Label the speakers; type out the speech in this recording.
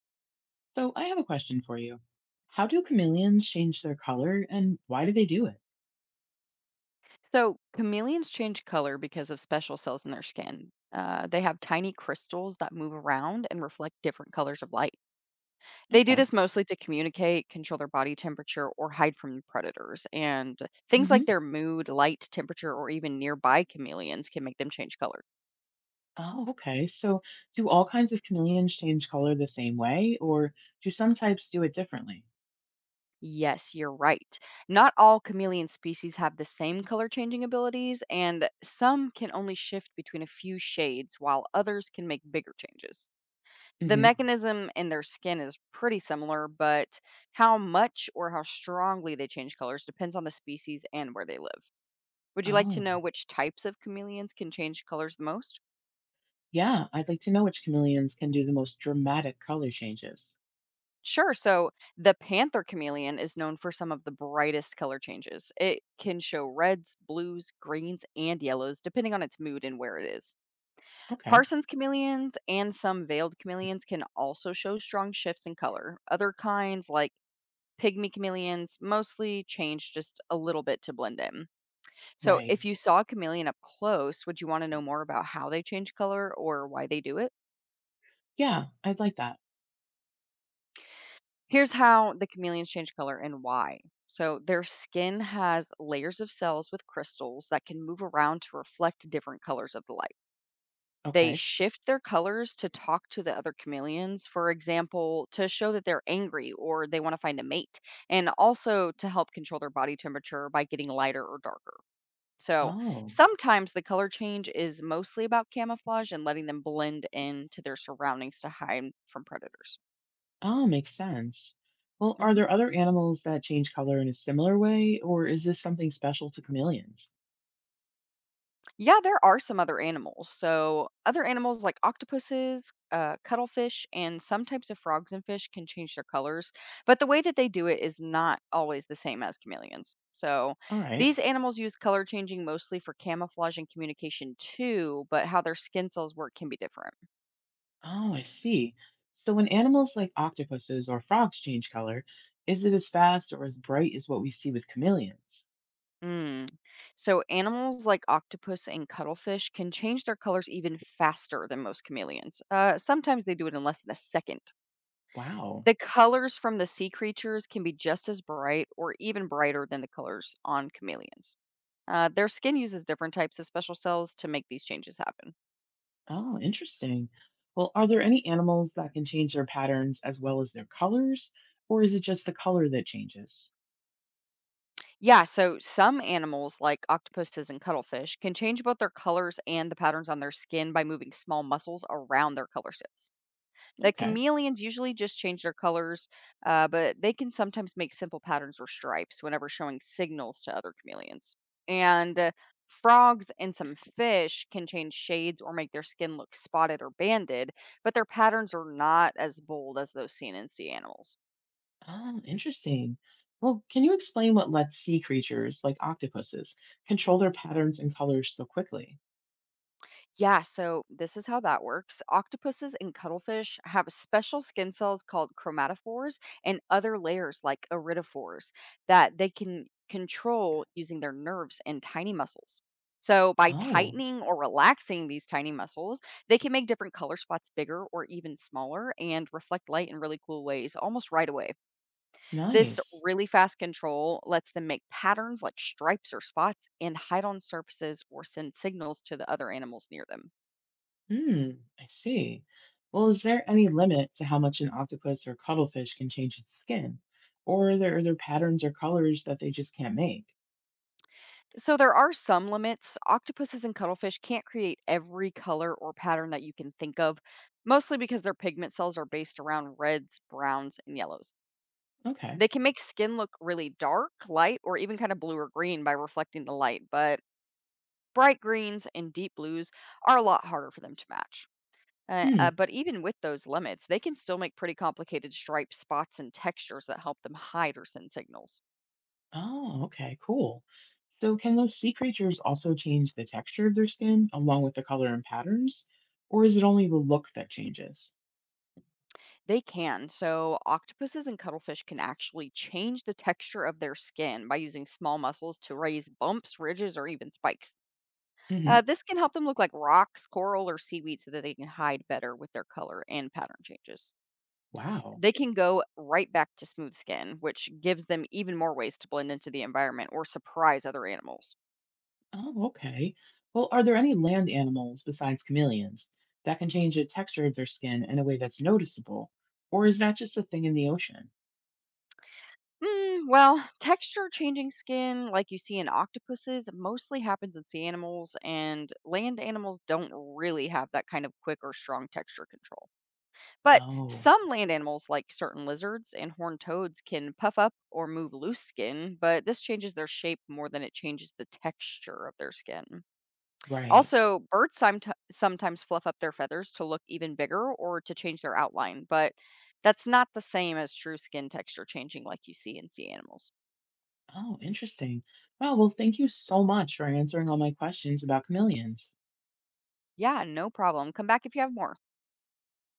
Speaker 1: So I have a question for you. How do chameleons change their color and why do they do it?
Speaker 2: So, chameleons change color because of special cells in their skin. They have tiny crystals that move around and reflect different colors of light. They do
Speaker 1: Okay.
Speaker 2: this mostly to communicate, control their body temperature, or hide from predators. And things
Speaker 1: Hmm.
Speaker 2: like their mood, light, temperature, or even nearby chameleons can make them change color.
Speaker 1: Oh, okay. So do all kinds of chameleons change color the same way, or do some types do it differently?
Speaker 2: Yes, you're right. Not all chameleon species have the same color changing abilities, and some can only shift between a few shades, while others can make bigger changes. The
Speaker 1: Hmm.
Speaker 2: mechanism in their skin is pretty similar, but how much or how strongly they change colors depends on the species and where they live. Would you like to know
Speaker 1: Oh,
Speaker 2: which types of chameleons can change colors the most?
Speaker 1: yeah. I'd like to know which chameleons can do the most dramatic color changes.
Speaker 2: Sure. So the panther chameleon is known for some of the brightest color changes. It can show reds, blues, greens, and yellows, depending on its mood and where it is.
Speaker 1: Okay.
Speaker 2: Parsons chameleons and some veiled chameleons can also show strong shifts in color. Other kinds, like pygmy chameleons mostly change just a little bit to blend in. So,
Speaker 1: Right.
Speaker 2: if you saw a chameleon up close, would you want to know more about how they change color or why they do it?
Speaker 1: Yeah, I'd like that.
Speaker 2: Here's how the chameleons change color and why. So, their skin has layers of cells with crystals that can move around to reflect different colors of the light. They
Speaker 1: Okay.
Speaker 2: shift their colors to talk to the other chameleons, for example, to show that they're angry or they want to find a mate, and also to help control their body temperature by getting lighter or darker. So
Speaker 1: Oh,
Speaker 2: sometimes the color change is mostly about camouflage and letting them blend into their surroundings to hide from predators.
Speaker 1: oh, makes sense. Well, are
Speaker 2: hmm
Speaker 1: there other animals that change color in a similar way, or is this something special to chameleons?
Speaker 2: Yeah, there are some other animals. So other animals like octopuses, cuttlefish, and some types of frogs and fish can change their colors, but the way that they do it is not always the same as chameleons. So
Speaker 1: All right.
Speaker 2: these animals use color changing mostly for camouflage and communication too, but how their skin cells work can be different.
Speaker 1: Oh, I see. So when animals like octopuses or frogs change color, is it as fast or as bright as what we see with chameleons?
Speaker 2: Mm. So animals like octopus and cuttlefish can change their colors even faster than most chameleons. Sometimes they do it in less than a second.
Speaker 1: Wow.
Speaker 2: The colors from the sea creatures can be just as bright or even brighter than the colors on chameleons. Their skin uses different types of special cells to make these changes happen.
Speaker 1: Oh, interesting. Well, are there any animals that can change their patterns as well as their colors, or is it just the color that changes?
Speaker 2: Yeah, so some animals, like octopuses and cuttlefish, can change both their colors and the patterns on their skin by moving small muscles around their color cells. The
Speaker 1: Okay.
Speaker 2: chameleons usually just change their colors, but they can sometimes make simple patterns or stripes whenever showing signals to other chameleons. And Frogs and some fish can change shades or make their skin look spotted or banded, but their patterns are not as bold as those seen in sea animals.
Speaker 1: Oh, interesting. Well, can you explain what lets sea creatures like octopuses control their patterns and colors so quickly?
Speaker 2: Yeah, so this is how that works. Octopuses and cuttlefish have special skin cells called chromatophores and other layers like iridophores that they can control using their nerves and tiny muscles. So, by
Speaker 1: Oh,
Speaker 2: tightening or relaxing these tiny muscles, they can make different color spots bigger or even smaller and reflect light in really cool ways almost right away. This
Speaker 1: nice.
Speaker 2: really fast control lets them make patterns like stripes or spots and hide on surfaces or send signals to the other animals near them.
Speaker 1: Hmm, I see. Well, is there any limit to how much an octopus or cuttlefish can change its skin? Or are there patterns or colors that they just can't make?
Speaker 2: So there are some limits. Octopuses and cuttlefish can't create every color or pattern that you can think of, mostly because their pigment cells are based around reds, browns, and yellows.
Speaker 1: Okay.
Speaker 2: They can make skin look really dark, light, or even kind of blue or green by reflecting the light, but bright greens and deep blues are a lot harder for them to match.
Speaker 1: Hmm.
Speaker 2: But even with those limits, they can still make pretty complicated stripes, spots, and textures that help them hide or send signals.
Speaker 1: Oh, okay, cool. So can those sea creatures also change the texture of their skin along with the color and patterns? Or is it only the look that changes?
Speaker 2: They can. So, octopuses and cuttlefish can actually change the texture of their skin by using small muscles to raise bumps, ridges, or even spikes.
Speaker 1: Hmm.
Speaker 2: This can help them look like rocks, coral, or seaweed so that they can hide better with their color and pattern changes.
Speaker 1: Wow.
Speaker 2: They can go right back to smooth skin, which gives them even more ways to blend into the environment or surprise other animals.
Speaker 1: Oh, okay. Well, are there any land animals besides chameleons that can change the texture of their skin in a way that's noticeable? Or is that just a thing in the ocean?
Speaker 2: Mm, well, texture changing skin, like you see in octopuses, mostly happens in sea animals, and land animals don't really have that kind of quick or strong texture control. But
Speaker 1: Oh,
Speaker 2: some land animals, like certain lizards and horned toads, can puff up or move loose skin, but this changes their shape more than it changes the texture of their skin.
Speaker 1: right.
Speaker 2: Also, birds sometimes fluff up their feathers to look even bigger or to change their outline, but that's not the same as true skin texture changing like you see in sea animals.
Speaker 1: Oh, interesting. Wow. Well, thank you so much for answering all my questions about chameleons.
Speaker 2: Yeah, no problem. Come back if you have more.